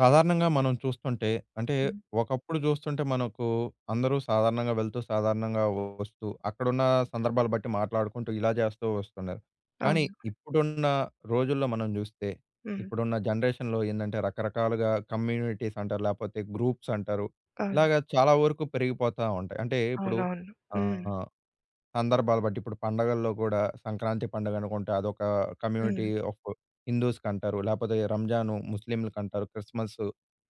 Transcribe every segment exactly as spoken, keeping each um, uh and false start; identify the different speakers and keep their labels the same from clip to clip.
Speaker 1: సాధారణంగా మనం చూస్తుంటే అంటే
Speaker 2: హ్మ్.
Speaker 1: ఒకప్పుడు చూస్తుంటే మనకు అందరూ సాధారణంగా వెళ్తూ, సాధారణంగా వస్తూ, అక్కడున్న సందర్భాలు బట్టి మాట్లాడుకుంటూ ఇలా చేస్తూ వస్తున్నారు. కానీ
Speaker 2: అవును.
Speaker 1: ఇప్పుడున్న రోజుల్లో మనం చూస్తే,
Speaker 2: హ్మ్.
Speaker 1: ఇప్పుడున్న జనరేషన్‌లో ఏందంటే రకరకాలుగా కమ్యూనిటీస్ అంటారు, లేపోతే గ్రూప్స్ అంటారు.
Speaker 2: అవును.
Speaker 1: ఇలాగ చాలా వరకు పెరిగిపోతా ఉంటాయి. అంటే ఇప్పుడు
Speaker 2: అవునవును. హ్మ్.
Speaker 1: ఆహ్, సందర్భాలు బట్టి ఇప్పుడు పండగల్లో కూడా సంక్రాంతి పండుగ అనుకుంటే అదొక కమ్యూనిటీ
Speaker 2: హ్మ్.
Speaker 1: ఆఫ్ హిందూస్‌కి అంటారు. లేపోతే రంజాను ముస్లింలకి అంటారు. క్రిస్మస్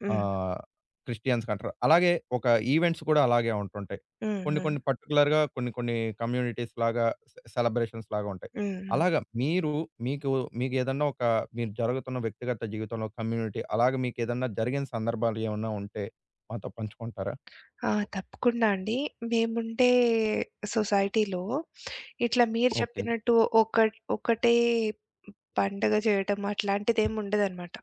Speaker 2: హ్మ్.
Speaker 1: ఆహ్, క్రిస్టియన్స్‌కి అంటారు. అలాగే ఒక ఈవెంట్స్ కూడా అలాగే ఉంటుంటాయి.
Speaker 2: హ్మ్.
Speaker 1: కొన్ని
Speaker 2: హ్మ్.
Speaker 1: కొన్ని పర్టిక్యులర్‌గా కొన్ని కొన్ని కమ్యూనిటీస్ లాగా సె సెలబ్రేషన్స్ లాగా ఉంటాయి.
Speaker 2: హ్మ్. హ్మ్.
Speaker 1: అలాగా మీరు మీకు మీకేదన్నా ఒక మీరు జరుగుతున్న వ్యక్తిగత జీవితంలో కమ్యూనిటీ అలాగే మీకేదన్నా జరిగిన సందర్భాలు ఏమన్నా ఉంటే మాతో పంచుకుంటారా?
Speaker 2: ఆ! తప్పకుండా అండి. మేముండే సొసైటీలో ఇట్లా మీరు
Speaker 1: ఓకే.
Speaker 2: చెప్పినట్టు ఒకట్ ఒకటే పండగ చేయటం అట్లాంటిదేం ఉండదనమాట.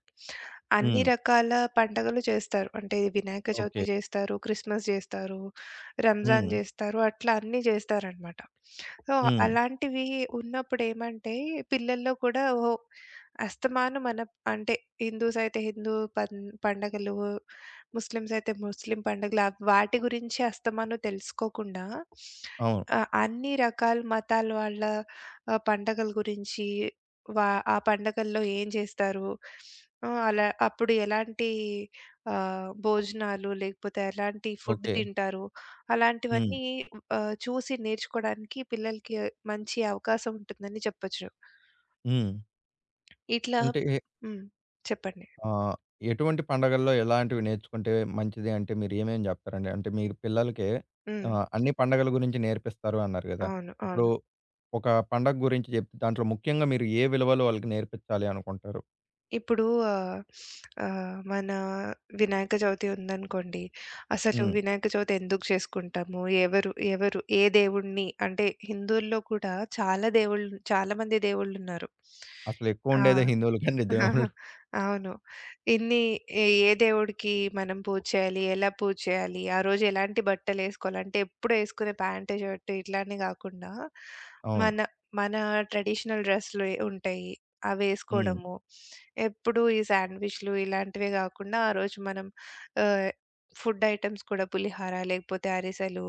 Speaker 2: అన్ని
Speaker 1: హ్మ్.
Speaker 2: రకాల పండగలు చేస్తారు. అంటే వినాయక చవితి
Speaker 1: ఓకే.
Speaker 2: చేస్తారు, క్రిస్మస్ చేస్తారు, రంజాన్
Speaker 1: హ్మ్.
Speaker 2: చేస్తారు. అట్లా అన్నీ చేస్తారనమాట. సో,
Speaker 1: హ్మ్.
Speaker 2: అలాంటివి ఉన్నప్పుడేమంటే పిల్లల్లో కూడా ఓహో! అస్తమానం మన అంటే హిందూస్ అయితే హిందూ పన్ పండగలు, ముస్లిమ్స్ అయితే ముస్లిం పండగలు అవ్ వాటి గురించి అస్తమానం తెలుసుకోకుండా
Speaker 1: అవును.
Speaker 2: ఆహ్, అన్ని రకాల మతాల వాళ్ళ ఆహ్, పండగల గురించి వా ఆ పండగల్లో ఏం జేస్తారు? ఆహ్, అలా అప్పుడు ఎలాంటి ఆహ్, భోజనాలు లేకపోతే ఎలాంటి ఫుడ్
Speaker 1: ఓకే.
Speaker 2: తింటారు?
Speaker 1: హ్మ్.
Speaker 2: అలాంటివన్నీ ఆహ్, చూసి నేర్చుకోవడానికి పిల్లలకి మంచి అవకాశం ఉంటుందని చెప్పొచ్చు.
Speaker 1: హ్మ్.
Speaker 2: ఇట్లా
Speaker 1: అంటే
Speaker 2: హ్మ్. చెప్పండి.
Speaker 1: ఆహ్, ఎటువంటి పండగల్లో ఎలాంటివి నేర్చుకుంటే మంచిది అంటే మీరేమేం జెప్తారండి? అంటే మీరు పిల్లలకి
Speaker 2: హ్మ్.
Speaker 1: ఆహ్, అన్ని పండగల గురించి నేర్పిస్తారు అన్నారు గదా!
Speaker 2: అవును.
Speaker 1: ఇప్పుడు
Speaker 2: అవును.
Speaker 1: ఒక పండగ గురించి జెప్తే దాంట్లో ముఖ్యంగా మీరు ఏ విలువలు వాళ్ళకి నేర్పించాలి అనుకుంటారు?
Speaker 2: ఇప్పుడు ఆహ్, ఆహ్, మన వినాయక చవితి ఉందనుకోండి. అసలు
Speaker 1: హ్మ్.
Speaker 2: వినాయక చవితి ఎందుకు చేసుకుంటాము? ఎవరు ఎవరు ఏ దేవుడిని అంటే హిందువుల్లో కూడా చాలా దేవుళ్ళు చాలా మంది దేవుళ్ళున్నారు.
Speaker 1: అసలెక్కువ
Speaker 2: ఆ!
Speaker 1: ఉండేదే హిందువులకండి
Speaker 2: ఆహాహా!
Speaker 1: దేవుళ్ళు.
Speaker 2: అవును. ఇన్ని ఏ ఏ దేవుడికి మనం పూజ చేయాలి, ఎలా పూజ చేయాలి, ఆ రోజు ఎలాంటి బట్టలేసుకోవాలి, అంటే ఎప్పుడు ఏసుకునే ప్యాంట్, షర్ట్ ఇట్లానే గాకుండా
Speaker 1: అవును.
Speaker 2: మన మన ట్రెడిషనల్ డ్రెస్‌లు ఉంటాయి.
Speaker 1: హ్మ్.
Speaker 2: అవేసుకోవడము. ఎప్పుడు ఈ శాండ్విచ్‌లు ఇలాంటివే గాకుండా ఆ రోజు మనం ఆహ్, ఫుడ్ ఐటెమ్స్ కూడా పులిహార, లేకపోతే అరిసెలు,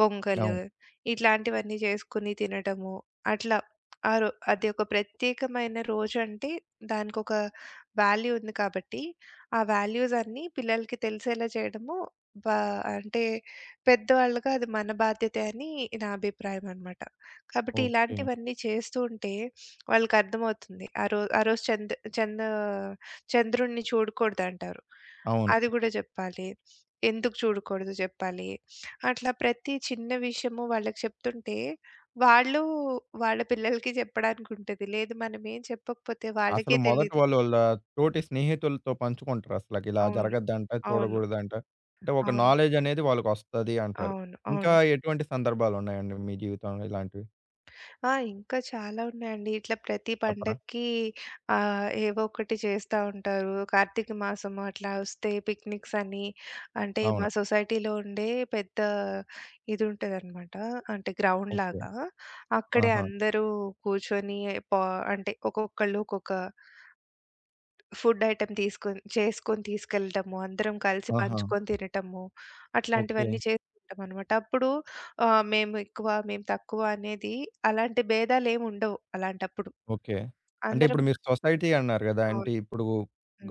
Speaker 2: పొంగలు
Speaker 1: అవును.
Speaker 2: ఇట్లాంటివన్నీ చేసుకొని తినటము. అట్లా ఆ రో అది ఒక ప్రత్యేకమైన రోజంటే దానికొక వాల్యూ ఉంది కాబట్టి, ఆ వాల్యూస్ అన్నీ పిల్లలకి తెలిసేలా చేయడము బా అంటే పెద్దవాళ్ళుగా అది మన బాధ్యతే అని నా అభిప్రాయం అనమాట. కాబట్టి
Speaker 1: ఓకే.
Speaker 2: ఇలాంటివన్నీ చేస్తూ ఉంటే వాళ్ళకర్థమవుతుంది. ఆ రో ఆ రోజు చంద్ చంద్ చంద్రుడిని చూడకూడదంటారు.
Speaker 1: అవును.
Speaker 2: అది గూడా జెప్పాలి. ఎందుకు చూడకూడదో జెప్పాలి. అట్లా ప్రతి చిన్న విషయము వాళ్ళకి చెప్తుంటే వాళ్ళు వాళ్ళ పిల్లలకి చెప్పడానికుంటది. లేదు మనమేం చెప్పకపోతే
Speaker 1: అసలు
Speaker 2: వాళ్ళకే
Speaker 1: మొదట
Speaker 2: తెలీదు.
Speaker 1: వాళ్ళు వాళ్ళ తోటి స్నేహితులతో పంచుకుంటారు. అసలకి ఇలా
Speaker 2: అవును.
Speaker 1: జరగద్దంట,
Speaker 2: అవును.
Speaker 1: చూడకూడదంట. అంటే ఒక
Speaker 2: అవును.
Speaker 1: నాలెడ్జ్ అనేది వాళ్ళకొస్తది అంటారు.
Speaker 2: అవును.
Speaker 1: ఇంకా
Speaker 2: అవును.
Speaker 1: ఎటువంటి సందర్భాలున్నాయండి మీ జీవితంలో ఇలాంటివి?
Speaker 2: ఆ! ఇంకా చాలా ఉన్నాయండి. ఇట్లా ప్రతి
Speaker 1: చెప్పరా?
Speaker 2: పండక్కి ఆహ్, ఏవో ఒకటి చేస్తా ఉంటారు. కార్తీక మాసం అట్లా వస్తే పిక్నిక్స్ అని అంటే మా
Speaker 1: అవును.
Speaker 2: సొసైటీలో ఉండే పెద్ద ఇది ఉంటదనమాట. అంటే గ్రౌండ్
Speaker 1: ఓకే.
Speaker 2: లాగా. అక్కడే
Speaker 1: ఆహా!
Speaker 2: అందరూ కూర్చొని పా అంటే ఒక్కొక్కళ్ళు ఒక్కొక్క ఫుడ్ ఐటెమ్ తీసుకొని చేసుకొని తీసుకెళ్ళటము, అందరం కలిసి
Speaker 1: ఆహా!
Speaker 2: పంచుకొని తినటము,
Speaker 1: ఓకే.
Speaker 2: అట్లాంటివన్నీ చేసుకుంటామనమాట. అప్పుడు ఆహ్, మేము ఎక్కువ, మేము తక్కువ అనేది అలాంటి భేదాలేమి ఉండవు అలాంటప్పుడు.
Speaker 1: ఓకే. అంటే
Speaker 2: అందరం
Speaker 1: ఇప్పుడు మీరు సొసైటీ అన్నారు గదా!
Speaker 2: అవును.
Speaker 1: అంటే ఇప్పుడు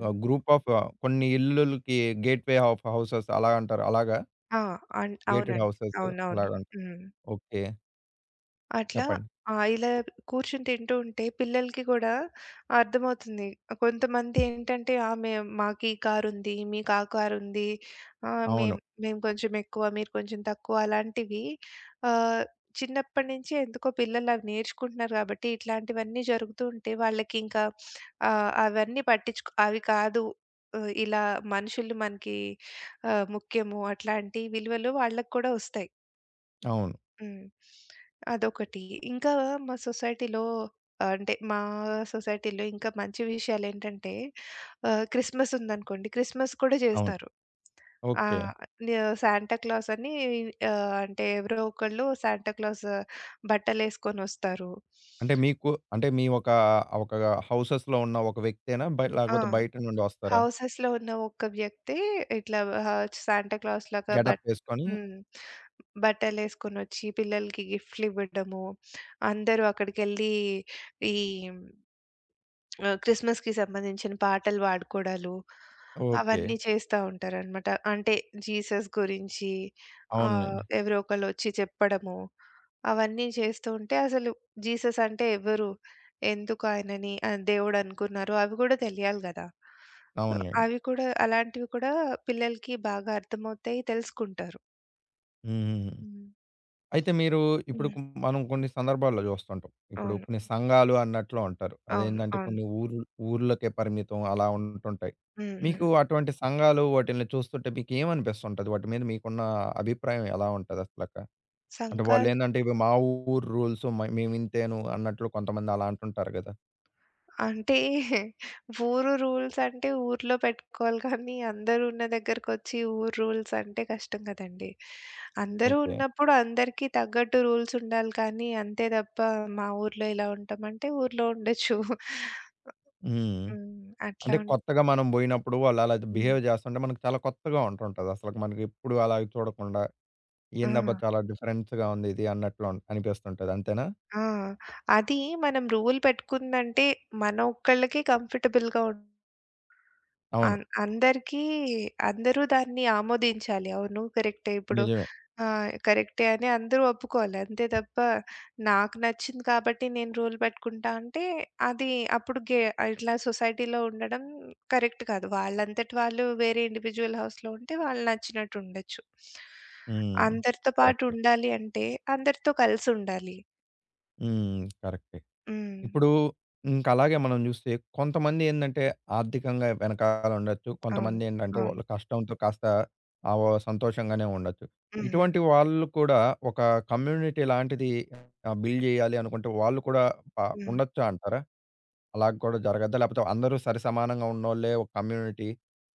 Speaker 1: గ గ్రూప్ ఆఫ్ కొన్ని ఇల్లులకి గేట్‌వే ఆఫ్ హౌసెస్ అలా అంటారు. అలాగా?
Speaker 2: ఆ! అన్
Speaker 1: గేటెడ్
Speaker 2: అవునండి.
Speaker 1: హౌసెస్
Speaker 2: అవునవును.
Speaker 1: అలాగంటారు.
Speaker 2: హ్మ్.
Speaker 1: ఓకే.
Speaker 2: అట్లా
Speaker 1: చెప్పండి.
Speaker 2: ఆహ్, ఇలా కూర్చొని తింటూ ఉంటే పిల్లలకి గూడా అర్థమవుతుంది. కొంతమంది ఏంటంటే, "ఆ! మేం మాకీ కారుంది, మీకు ఆ కారుంది, ఆహ్, మేం
Speaker 1: అవును.
Speaker 2: మేము కొంచెం ఎక్కువ, మీరు కొంచెం తక్కువ" అలాంటివి ఆహ్, చిన్నప్పటి నుంచి ఎందుకో పిల్లలు అవి నేర్చుకుంటున్నారు గాబట్టి, ఇట్లాంటివన్నీ జరుగుతూ ఉంటే వాళ్ళకింకా ఆహ్, అవన్నీ పట్టించుకో అవి కాదు ఆహ్, ఇలా మనుషులు మనకి ఆహ్, ముఖ్యము అట్లాంటి విలువలు వాళ్ళకి కూడా ఒస్తాయి.
Speaker 1: అవును.
Speaker 2: హ్మ్. అదొకటి. ఇంకా మా సొసైటీలో ఆహ్, అంటే మా సొసైటీలో ఇంకా మంచి విషయాలేంటంటే ఆహ్, క్రిస్మస్ ఉందనుకోండి. క్రిస్మస్ కూడా
Speaker 1: అవును.
Speaker 2: జేస్తారు.
Speaker 1: ఓకే.
Speaker 2: ఆహ్, న్యా సాంటా క్లాస్ అని ఆహ్, అంటే ఎవరో ఒకళ్ళు సాంటా క్లాస్ బట్టలేసుకొనొస్తారు.
Speaker 1: అంటే మీకు అంటే మీ ఒక ఒక హౌసెస్‌లో ఉన్న ఒక వ్యక్తేనా? బ
Speaker 2: ఆ!
Speaker 1: లేకపోతే బయట నుండి వస్తారా?
Speaker 2: హౌసెస్‌లో ఉన్న ఒక్క వ్యక్తే ఇట్లా ఆహ్, సాంటా క్లాస్ లాగా
Speaker 1: గెటప్
Speaker 2: బట్
Speaker 1: వేసుకొని
Speaker 2: హ్మ్. బట్టలేసుకొనొచ్చి పిల్లలకి గిఫ్ట్‌లివ్వడము. అందరూ అక్కడికెళ్ళి ఈ ఆహ్, క్రిస్మస్‌కి సంబంధించిన పాటలు పాడుకోవడాలు,
Speaker 1: ఓకే.
Speaker 2: అవన్నీ చేస్తా ఉంటారనమాట. అంటే జీసస్ గురించి ఆహ్,
Speaker 1: అవునులెండి.
Speaker 2: ఎవరో ఒకళ్ళొచ్చి చెప్పడము, అవన్నీ చేస్తూ ఉంటే అసలు జీసస్ అంటే ఎవరు? ఎందుకు ఆయనని ఆహ్, దేవుడనుకున్నారు? అవి కూడా తెలియాలి గదా! సో,
Speaker 1: అవునులెండి.
Speaker 2: అవి కూడా అలాంటివి కూడా పిల్లలకి బాగా అర్థమవుతాయి, తెలుసుకుంటారు.
Speaker 1: హుహుహు.
Speaker 2: హ్మ్.
Speaker 1: అయితే మీరు ఇప్పుడు
Speaker 2: హ్మ్.
Speaker 1: కొ మనం కొన్ని సందర్భాల్లో చూస్తుంటాం. ఇప్పుడు
Speaker 2: అవును.
Speaker 1: కొన్ని సంఘాలు అన్నట్లు అంటారు.
Speaker 2: అవును.
Speaker 1: అదేంటంటే
Speaker 2: అవును.
Speaker 1: కొన్ని ఊర్లు ఊర్లకే పరిమితం అలా ఉంటుంటాయి.
Speaker 2: హుహు.
Speaker 1: మీకు అటువంటి సంఘాలు వాటిల్ని చూస్తుంటే మీకేమనిపిస్తుంటది? వాటి మీద మీకున్న అభిప్రాయం ఎలా ఉంటది అసలక? అంటే
Speaker 2: సంఘాలు
Speaker 1: వాళ్ళేందంటే ఇవి మా ఊరు రూల్స్ మ మేమింతేను అన్నట్లు కొంతమంది అలా అంటుంటారు గదా!
Speaker 2: అంటే ఊరు రూల్స్ అంటే ఊర్లో పెట్టుకోవాలి కానీ అందరూ ఉన్న దగ్గరకొచ్చి ఊరు రూల్స్ అంటే కష్టం కదండీ. అందరూ
Speaker 1: ఓకే.
Speaker 2: ఉన్నప్పుడు అందరికీ తగ్గట్టు రూల్స్ ఉండాలి కానీ అంతే తప్ప మా ఊర్లో ఇలా ఉంటామంటే ఊర్లో ఉండొచ్చు.
Speaker 1: హ్మ్.
Speaker 2: హ్మ్. అట్లా
Speaker 1: అంటే
Speaker 2: ఉం
Speaker 1: కొత్తగా మనం బోయినప్పుడు వాళ్ళు అలా
Speaker 2: హ్మ్.
Speaker 1: బిహేవ్ జేస్తుంటే మనకు చాలా కొత్తగా ఉంటుంటది. అసలకి మనకి ఎప్పుడు అలా చూడకుండా
Speaker 2: ఆ!
Speaker 1: ఏందబ్బా! చాలా డిఫరెన్స్‌గా ఉంది ఇది అన్నట్లు అన్ అనిపిస్తుంటది. అంతేనా?
Speaker 2: ఆ! అది మనం రూల్ పెట్టుకుందంటే మన ఒక్కళ్ళకే కంఫర్టబుల్‌గా ఉం
Speaker 1: అవును.
Speaker 2: అన్ అందరికీ అందరూ దాన్ని ఆమోదించాలి. అవును కరెక్టే. ఇప్పుడు
Speaker 1: నిజమే.
Speaker 2: ఆ! కరెక్టే అని అందరూ ఒప్పుకోవాలి. అంతే తప్ప నాకు నచ్చింది కాబట్టి నేను రూల్ పెట్టుకుంటా అంటే అది అప్పుడు గే ఇట్లా సొసైటీలో ఉండడం కరెక్ట్ కాదు. వాళ్ళంతట వాళ్ళు వేరే ఇండివిడ్యువల్ హౌస్‌లో ఉంటే వాళ్ళు నచ్చినట్టు ఉండొచ్చు.
Speaker 1: హ్మ్.
Speaker 2: అందరితో పాటు
Speaker 1: కరెక్టే.
Speaker 2: ఉండాలి అంటే అందరితో కలిసుండాలి.
Speaker 1: హ్మ్. కరెక్టే.
Speaker 2: హ్మ్.
Speaker 1: ఇప్పుడు ఇంక అలాగే మనం జూస్తే కొంతమంది ఏందంటే ఆర్థికంగా వెనకాల ఉండొచ్చు.
Speaker 2: అవును.
Speaker 1: కొంతమంది ఏంటంటే
Speaker 2: అవును.
Speaker 1: వాళ్ళు కష్టంతో కాస్త ఆవొ సంతోషంగానే ఉండొచ్చు.
Speaker 2: హ్మ్. హ్మ్.
Speaker 1: ఇటువంటి వాళ్ళు కూడా ఒక కమ్యూనిటీ లాంటిది ఆహ్, బిల్డ్ జేయాలి అనుకుంటే వాళ్ళు కూడా ప
Speaker 2: హ్మ్.
Speaker 1: ఉండొచ్చా అంటారా? అలా కూడా జరగద్దా? లేపోతే అందరూ సరి సమానంగా ఉన్నోళ్ళే ఒక కమ్యూనిటీ,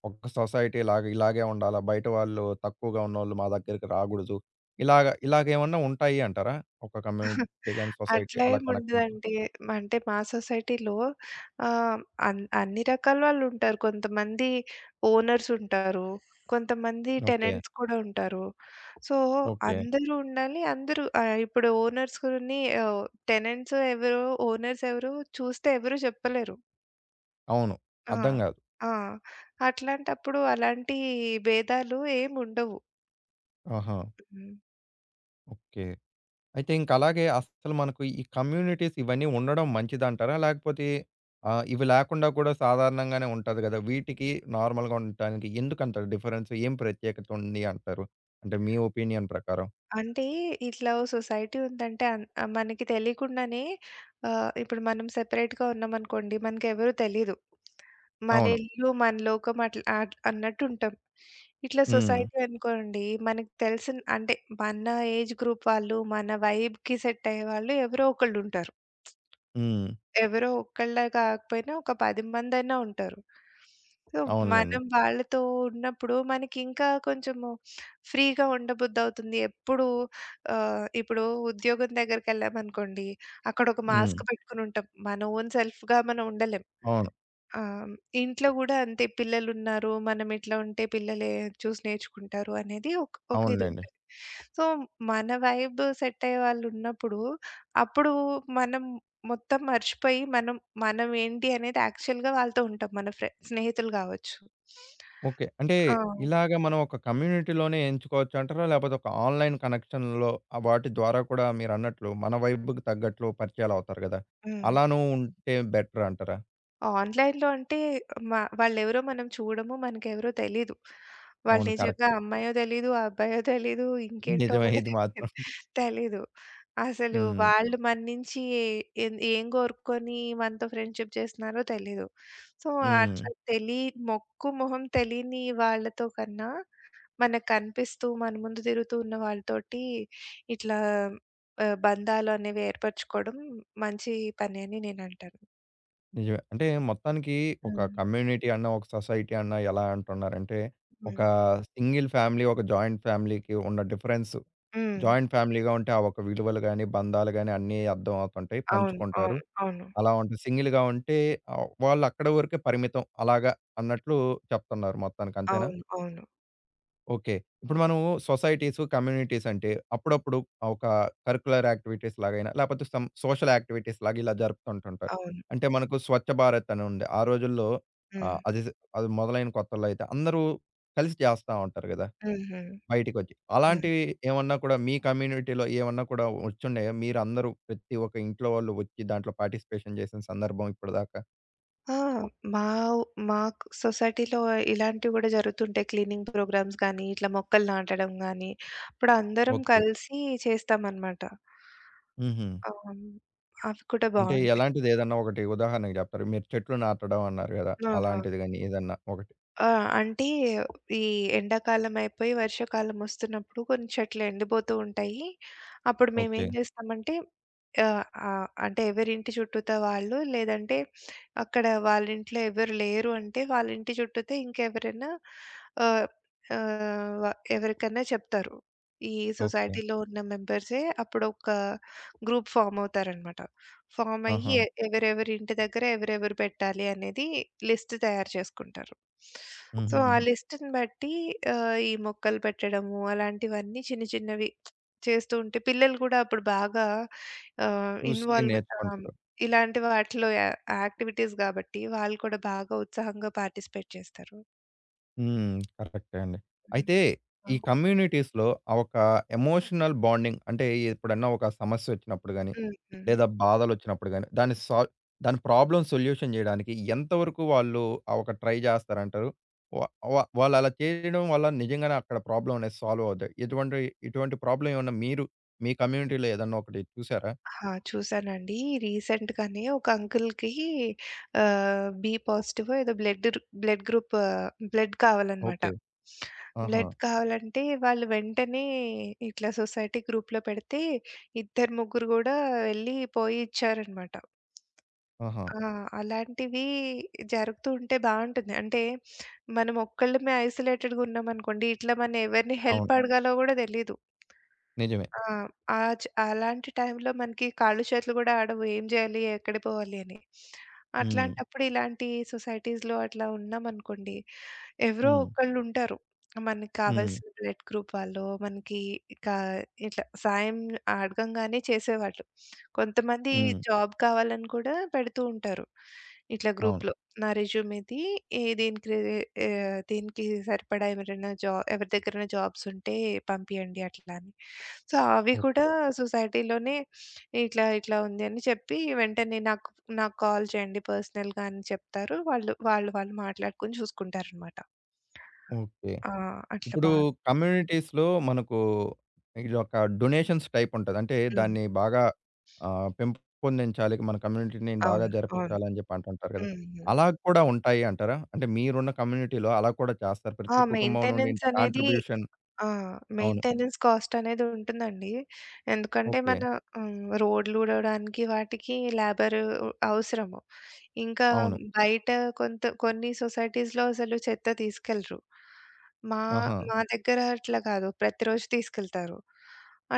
Speaker 1: ఒక సొసైటీ ఇలాగ ఇలాగే ఉండాలా? బయట వాళ్ళు తక్కువగా ఉన్నోళ్ళు మా దగ్గరికి రాగూడదు. ఇలాగ ఇలాగేమన్నా ఉంటాయి అంటారా? ఒక కమ్యూనిటీ గాని, సొసైటీ
Speaker 2: అట్లా
Speaker 1: అలా
Speaker 2: ఏమి
Speaker 1: కనెక్షన్స్‌లో.
Speaker 2: ఉండదండి. అంటే మా సొసైటీలో ఆహ్, అన్ అన్ని రకాల వాళ్ళు ఉంటారు. కొంతమంది ఓనర్స్ ఉంటారు. కొంతమంది
Speaker 1: ఓకే.
Speaker 2: టెనెంట్స్ కూడా ఉంటారు. So,
Speaker 1: okay.
Speaker 2: అందరూ ఉండాలి. అందరూ ఆహ్, ఇప్పుడు ఓనర్స్‌ని ఆహ్, టెనెంట్స్ ఎవరో, ఓనర్స్ ఎవరో చూస్తే ఎవరు చెప్పలేరు.
Speaker 1: అవును.
Speaker 2: ఆ!
Speaker 1: అర్థం గాదు.
Speaker 2: ఆ! అట్లాంటప్పుడు అలాంటి భేదాలు ఏమి ఉండవు.
Speaker 1: ఆహా!
Speaker 2: హ్మ్.
Speaker 1: ఓకే. అయితే ఇంకలాగే అస్సలు మనకు ఈ కమ్యూనిటీస్ ఇవన్నీ ఉండడం మంచిదంటారా? లేకపోతే ఆహ్, ఇవి లేకుండా కూడా సాధారణంగానే ఉంటది గదా! వీటికి నార్మల్‌గా ఉండటానికి ఎందుకంటారు డిఫరెన్స్? ఏం ప్రత్యేకత ఉంది అంటారు? అంటే మీ ఒపీనియన్ ప్రకారం?
Speaker 2: అంటే ఇట్లా ఓ సొసైటీ ఉందంటే అన్ ఆహ్, మనకి తెలియకుండానే ఆహ్, ఇప్పుడు మనం సెపరేట్‌గా ఉన్నామనుకోండి. మనకెవరు తెలీదు. మన
Speaker 1: అవును.
Speaker 2: ఇల్లు, మన లోకం అట్లా అట్ అన్నట్టుంటాం. ఇట్లా
Speaker 1: హ్మ్.
Speaker 2: సొసైటీ అనుకోండి మనకు తెలిసిన అంటే మన ఏజ్ గ్రూప్ వాళ్ళు, మన వైబ్‌కి సెట్ అయ్యేవాళ్ళు ఎవరో ఒకళ్ళు ఉంటారు.
Speaker 1: హ్మ్.
Speaker 2: ఎవరో ఒక్కళ్ళే కాకపోయినా ఒక పది మందైనా ఉంటారు. సో,
Speaker 1: అవునులెండి.
Speaker 2: మనం వాళ్ళతో ఉన్నప్పుడు మనకింకా కొంచెము ఫ్రీగా ఉండబుద్ధవుతుంది. ఎప్పుడు ఆహ్, ఇప్పుడు ఉద్యోగం దగ్గరికెళ్ళామనుకోండి, అక్కడొక
Speaker 1: హ్మ్.
Speaker 2: మాస్క్ పెట్టుకొనుంటాం. మన ఓన్ సెల్ఫ్‌గా మనం ఉండలేం.
Speaker 1: అవును.
Speaker 2: ఆ! ఇంట్లో గూడా అంతే పిల్లలున్నారు. మనం ఎట్లా ఉంటే పిల్లలే చూసి నేర్చుకుంటారు అనేది ఒక ఒక
Speaker 1: అవునులెండి.
Speaker 2: ఇదుంటది. సో, మన వైబ్ సెట్ అయ్యే వాళ్ళున్నప్పుడు, అప్పుడు మనం మొత్తం మర్చిపోయి మనం మనం ఏంటి అనేది యాక్చువల్‌గా వాళ్ళతో ఉంటాం. మన ఫ్రె స్నేహితులు గావచ్చు.
Speaker 1: ఓకే. అంటే
Speaker 2: ఆ!
Speaker 1: ఇలాగ మనం ఒక కమ్యూనిటీలోనే ఎంచుకోవచ్చంటారా? లేపోతే ఒక ఆన్‌లైన్ కనెక్షన్‌లో ఆహ్, వాటి ద్వారా కూడా మీరన్నట్లు మన వైబుకి తగ్గట్లు పరిచయాలవుతారు గదా!
Speaker 2: హ్మ్.
Speaker 1: అలానూ ఉంటే బెటరంటారా?
Speaker 2: ఆన్‌లైన్‌లో అంటే మ వాళ్ళెవరో మనం చూడము. మనకెవరో తెలీదు. వాళ్ళు
Speaker 1: అవును.
Speaker 2: నిజంగా
Speaker 1: కరెక్ట్.
Speaker 2: అమ్మాయో తెలీదు, అబ్బాయో తెలీదు, ఇంకేంటో
Speaker 1: నిజమే.
Speaker 2: గూడా
Speaker 1: ఇది
Speaker 2: తెలీదు.
Speaker 1: మాత్రం.
Speaker 2: తెలీదు. అసలు
Speaker 1: హ్మ్.
Speaker 2: వాళ్ళు మన నుంచి ఏం ఏం కోరుకొని మనతో ఫ్రెండ్‌షిప్ చేస్తున్నారో తెలీదు. సో,
Speaker 1: హ్మ్.
Speaker 2: అట్లా తెలి మొక్కు, మొహం తెలీని వాళ్ళతో కన్నా మనకు కనిపిస్తూ, మన ముందు తిరుగుతూ ఉన్న వాళ్ళతోటి ఇట్లా ఆహ్, బంధాలు అనేవి ఏర్పరచుకోవడం మంచి పని అని నేనంటాను.
Speaker 1: నిజమే. అంటే మొత్తానికి ఒక
Speaker 2: హ్మ్.
Speaker 1: కమ్యూనిటీ అన్నా, ఒక సొసైటీ అన్నా ఎలా అంటున్నారంటే,
Speaker 2: హ్మ్.
Speaker 1: ఒక సింగిల్ ఫ్యామిలీ, ఒక జాయింట్ ఫ్యామిలీకి ఉన్న డిఫరెన్స్.
Speaker 2: హ్మ్.
Speaker 1: జాయింట్ ఫ్యామిలీగా ఉంటే ఆ ఒక విలువలు గాని, బంధాలు గాని అన్నీ అర్థం అవుతుంటాయి.
Speaker 2: అవును. అవును.
Speaker 1: పంచుకుంటారు.
Speaker 2: అవును.
Speaker 1: అలా ఉంటే సింగిల్‌గా ఉంటే ఆహ్, వాళ్ళు అక్కడి వరకే పరిమితం. అలాగా అన్నట్లు చెప్తున్నారు మొత్తానికి. అంతేనా?
Speaker 2: అవును. అవును.
Speaker 1: ఓకే. ఇప్పుడు మనం సొసైటీస్, కమ్యూనిటీస్ అంటే అప్పుడప్పుడు ఒక కరిక్యులర్ యాక్టివిటీస్ లాగైనా, లేపోతే సమ్ సోషల్ యాక్టివిటీస్ లాగా ఇలా జరుపుతుంటుంటారు.
Speaker 2: అవును.
Speaker 1: అంటే మనకు స్వచ్ఛ భారత్ అని ఉంది. ఆ రోజుల్లో
Speaker 2: హ్మ్.
Speaker 1: ఆహ్, అది జ్ అది మొదలైన కొత్తల్లో అయితే అందరూ కలిసి చేస్తా ఉంటారు గదా!
Speaker 2: హుహు.
Speaker 1: బయటికొచ్చి.
Speaker 2: హ్మ్.
Speaker 1: అలాంటివి ఏమన్నా కూడా మీ కమ్యూనిటీలో ఏమన్నా కూడా వచ్చున్నాయా? మీరందరూ ప్రతి ఒక్క ఇంట్లో వాళ్ళు వచ్చి దాంట్లో పార్టిసిపేషన్ చేసిన సందర్భం ఇప్పటిదాకా?
Speaker 2: ఆ! మా ఊ మాకు సొసైటీలో ఇలాంటివి గూడా జరుగుతుంటాయి. క్లీనింగ్ ప్రోగ్రామ్స్ గానీ, ఇట్లా మొక్కలు నాటడం గానీ, ఇప్పుడు అందరం
Speaker 1: ఓకే.
Speaker 2: కలిసి చేస్తామనమాట.
Speaker 1: హుహు.
Speaker 2: ఆహ్, అవి కూడా
Speaker 1: అంటే
Speaker 2: బావుంటాయి.
Speaker 1: ఎలాంటిదేదన్నా ఒకటి ఉదాహరణకి జెప్తారా? మీరు చెట్లు నాటడం అన్నారు గదా!
Speaker 2: ఆహా!
Speaker 1: అలాంటిది గాని ఏదన్నా ఒకటి?
Speaker 2: ఆ! అంటే ఈ ఎండాకాలం అయిపోయి వర్షాకాలం ఒస్తున్నప్పుడు కొన్ని చెట్లు ఎండిపోతూ ఉంటాయి. అప్పుడు
Speaker 1: ఓకే.
Speaker 2: మేమేం జేస్తామంటే ఆహ్, ఆహ్, అంటే ఎవరింటి చుట్టూతా వాళ్ళు లేదంటే అక్కడ వాళ్ళింట్లో ఎవరు లేరు అంటే వాళ్ళింటి చుట్టూతా ఇంకెవరైనా ఆహ్, ఆహ్, వ ఎవరికైనా చెప్తారు. ఈ
Speaker 1: ఓకే.
Speaker 2: సొసైటీలో ఉన్న మెంబర్సే అప్పుడొక గ్రూప్ ఫార్మ్ అవుతారనమాట. ఫార్మ్ అయ్యి
Speaker 1: ఆహా!
Speaker 2: ఎ ఎవరెవరి ఇంటి దగ్గర ఎవరెవరు పెట్టాలి అనేది లిస్ట్ తయారు చేసుకుంటారు. సో, ఆ
Speaker 1: హుహుహు.
Speaker 2: లిస్ట్‌ని బట్టి ఆహ్, ఈ మొక్కలు పెట్టడము అలాంటివన్నీ చిన్న చిన్నవి చేస్తూ ఉంటే పిల్లలు గూడా అప్పుడు బాగా ఆహ్,
Speaker 1: చూసి
Speaker 2: ఇన్వాల్వ్ ఆహ్,
Speaker 1: నేర్చుకుంటారు.
Speaker 2: ఇలాంటి వాటిలో యా యాక్టివిటీస్ గాబట్టి వాళ్ళు కూడా బాగా ఉత్సాహంగా పార్టిసిపేట్ చేస్తారు.
Speaker 1: హ్మ్. కరెక్టే అండి.
Speaker 2: హ్మ్.
Speaker 1: అయితే
Speaker 2: ఆ!
Speaker 1: ఈ కమ్యూనిటీస్‌లో ఆ ఒక ఎమోషనల్ బాండింగ్ అంటే ఎప్పుడన్నా ఒక సమస్యొచ్చినప్పుడు గాని,
Speaker 2: హ్మ్. హ్మ్.
Speaker 1: లేదా బాధలొచ్చినప్పుడు గాని, దాన్ని సాల్వ్ దాని ప్రాబ్లమ్ సొల్యూషన్ జేయడానికి ఎంతవరకు వాళ్ళు ఆ ఒక ట్రై జేస్తారంటారు? వ వ వాళ్ళలా చేయడం వల్ల నిజంగానే అక్కడ ప్రాబ్లమ్ అనేది సాల్వ్ అవుద్దా? ఎటువంటి ఇటువంటి ప్రాబ్లమ్ ఏమన్నా మీరు మీ కమ్యూనిటీలో ఏదన్నా ఒకటి చూసారా?
Speaker 2: ఆ! చూసానండి. రీసెంట్‌గానే ఒక అంకుల్‌కి ఆహ్, బి పాజిటివో ఏదో బ్లడ్ ర్ బ్లడ్ గ్రూప్ బ్లడ్ కావాలనమాట.
Speaker 1: ఓకే. ఆహా!
Speaker 2: బ్లడ్ కావాలంటే వాళ్ళు వెంటనే ఇట్లా సొసైటీ గ్రూప్‌లో పెడితే ఇద్దరు, ముగ్గురు గూడా వెళ్ళి పోయి ఇచ్చారనమాట.
Speaker 1: ఆహా!
Speaker 2: ఆ! అలాంటివి జరుగుతూ ఉంటే బావుంటుంది. అంటే మనం ఒక్కళ్ళమే ఐసోలేటెడ్‌గా ఉన్నామనుకోండి, ఇట్లా మనం ఎవరిని హెల్ప్
Speaker 1: అవును.
Speaker 2: అవును. అడగాలో గూడా తెలీదు.
Speaker 1: నిజమే.
Speaker 2: ఆ! ఆ చ్ అలాంటి టైంలో మనకి కాళ్ళు, చేతులు గూడా ఆడవు. ఏం జేయాలి? ఎక్కడికి పోవాలి అని.
Speaker 1: హ్మ్.
Speaker 2: అట్లాంటప్పుడు ఇలాంటి సొసైటీస్‌లో అట్లా ఉన్నామనుకోండి ఎవరో
Speaker 1: హ్మ్.
Speaker 2: ఒకళ్ళుంటారు. మనకి
Speaker 1: హ్మ్.
Speaker 2: కావాల్సిన బ్లడ్ గ్రూప్ వాళ్ళో, మనకి కా ఇట్లా సాయం అడగంగానే చేసేవాళ్ళు. కొంతమంది హ్మ్.
Speaker 1: హ్మ్.
Speaker 2: జాబ్ కావాలని కూడా పెడుతూ ఉంటారు. ఇట్లా
Speaker 1: అవును.
Speaker 2: గ్రూప్‌లో నా రెజ్యూమ్‌ది ఏ దీనికి ఆహ్, దీనికి సరిపడా ఎవరైనా జా ఎవరి దగ్గరైనా జాబ్స్ ఉంటే పంపియండి అట్లా అని. సో, అవి కూడా
Speaker 1: ఓకే.
Speaker 2: సొసైటీలోనే ఇట్లా, ఇట్లా ఉంది అని చెప్పి వెంటనే నాకు నాకు కాల్ చేయండి పర్సనల్‌గా అని చెప్తారు. వాళ్ళు, వాళ్ళు, వాళ్ళు మాట్లాడుకొని చూసుకుంటారనమాట.
Speaker 1: ఓకే.
Speaker 2: ఆ! అట్లా
Speaker 1: ఇప్పుడు
Speaker 2: బా
Speaker 1: కమ్యూనిటీస్‌లో మనకు ఇదొక డొనేషన్స్ టైప్ ఉంటది. అంటే
Speaker 2: హ్మ్.
Speaker 1: దాన్ని బాగా ఆహ్, పెంపొందించాలి. మన కమ్యూనిటీని బాగా
Speaker 2: అవును. అవును.
Speaker 1: జరిపించాలి అని చెప్పి అంటుంటారు కదా!
Speaker 2: హ్మ్. హ్మ్.
Speaker 1: అలా కూడా ఉంటాయి అంటారా? అంటే మీరున్న కమ్యూనిటీలో అలా కూడా చేస్తారు.
Speaker 2: ఆ!
Speaker 1: ప్రతి కుటుంబం నుండి
Speaker 2: మెయింటెనెన్స్
Speaker 1: ఇంత
Speaker 2: అనేది
Speaker 1: కాంట్రిబ్యూషన్
Speaker 2: ఆ!
Speaker 1: అవును.
Speaker 2: మెయింటెనెన్స్ కాస్ట్ అనేది ఉంటుందండి. ఎందుకంటే
Speaker 1: ఓకే.
Speaker 2: మన హ్మ్. రోడ్లు ఊడవడానికి వాటికి లేబర్ అవసరము. ఇంకా
Speaker 1: అవును.
Speaker 2: బయట కొంత కొన్ని సొసైటీస్‌లో అసలు చెత్త తీసుకెళ్లరు. మా
Speaker 1: ఆహా!
Speaker 2: మా దగ్గర అట్లా కాదు. ప్రతిరోజు తీసుకెళ్తారు.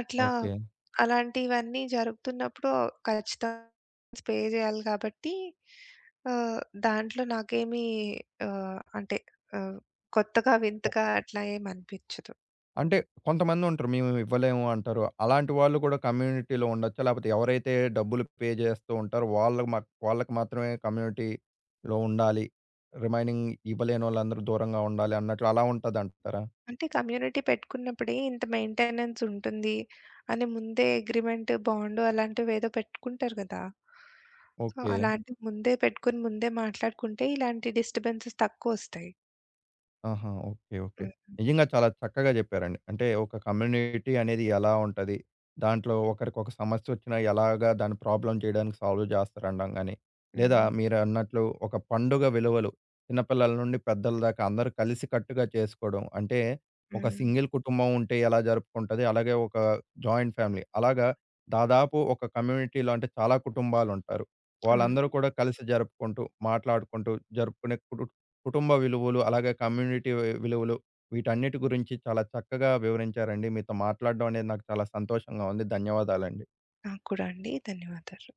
Speaker 2: అట్లా
Speaker 1: ఓకే.
Speaker 2: అలాంటివన్నీ జరుగుతున్నప్పుడు ఖచ్చితంగా పే చేయాలి కాబట్టి ఆహ్, దాంట్లో నాకేమి ఆహ్, అంటే ఆహ్, కొత్తగా వింతగా అట్లా ఏమి అనిపించదు.
Speaker 1: అంటే కొంతమందుంటరు. మేము ఇవ్వలేము అంటారు. అలాంటి వాళ్ళు కూడా కమ్యూనిటీలో ఉండొచ్చా? లేపోతే ఎవరైతే డబ్బులు పే చేస్తూ ఉంటారో వాళ్ళకి మాక్ వాళ్ళకి మాత్రమే కమ్యూనిటీలో ఉండాలి. రిమైనింగ్ ఇవ్వలేనోళ్ళందరూ దూరంగా ఉండాలి అన్నట్లు అలా ఉంటదంటారా?
Speaker 2: అంటే కమ్యూనిటీ పెట్టుకున్నప్పుడే ఇంత మెయింటెనెన్స్ ఉంటుంది అని ముందే అగ్రిమెంట్, బాండ్ అలాంటివి ఏదో పెట్టుకుంటారు గదా! So,
Speaker 1: okay.
Speaker 2: అలాంటివి ముందే పెట్టుకొని, ముందే మాట్లాడుకుంటే ఇలాంటి డిస్టర్బెన్సెస్ తక్కువొస్తాయి.
Speaker 1: ఆహా! ఓకే. ఓకే.
Speaker 2: హ్మ్.
Speaker 1: నిజంగా చాలా చక్కగా చెప్పారండి. అంటే ఒక కమ్యూనిటీ అనేది ఎలా ఉంటది? దాంట్లో ఒకరికొక సమస్యొచ్చినా ఎలాగా దాన్ని ప్రాబ్లమ్ చేయడానికి సాల్వ్ చేస్తారనడం గాని, లేదా
Speaker 2: హ్మ్.
Speaker 1: మీరన్నట్లు ఒక పండుగ విలువలు చిన్నపిల్లల నుండి పెద్దల దాకా అందరూ కలిసికట్టుగా చేసుకోవడం. అంటే ఒక
Speaker 2: హ్మ్.
Speaker 1: సింగిల్ కుటుంబం ఉంటే ఎలా జరుపుకుంటది? అలాగే ఒక జాయింట్ ఫ్యామిలీ. అలాగా దాదాపు ఒక కమ్యూనిటీలో అంటే చాలా కుటుంబాలుంటారు.
Speaker 2: అవును.
Speaker 1: వాళ్ళందరూ కూడా కలిసి జరుపుకుంటూ, మాట్లాడుకుంటూ జరుపుకునే కుటు కుటుంబ విలువలు, అలాగే కమ్యూనిటీ వి విలువలు వీటన్నిటి గురించి చాలా చక్కగా వివరించారండి. మీతో మాట్లాడడం అనేది నాకు చాలా సంతోషంగా ఉంది. ధన్యవాదాలండి.
Speaker 2: నాకు కూడా అండి. ధన్యవాదాలు.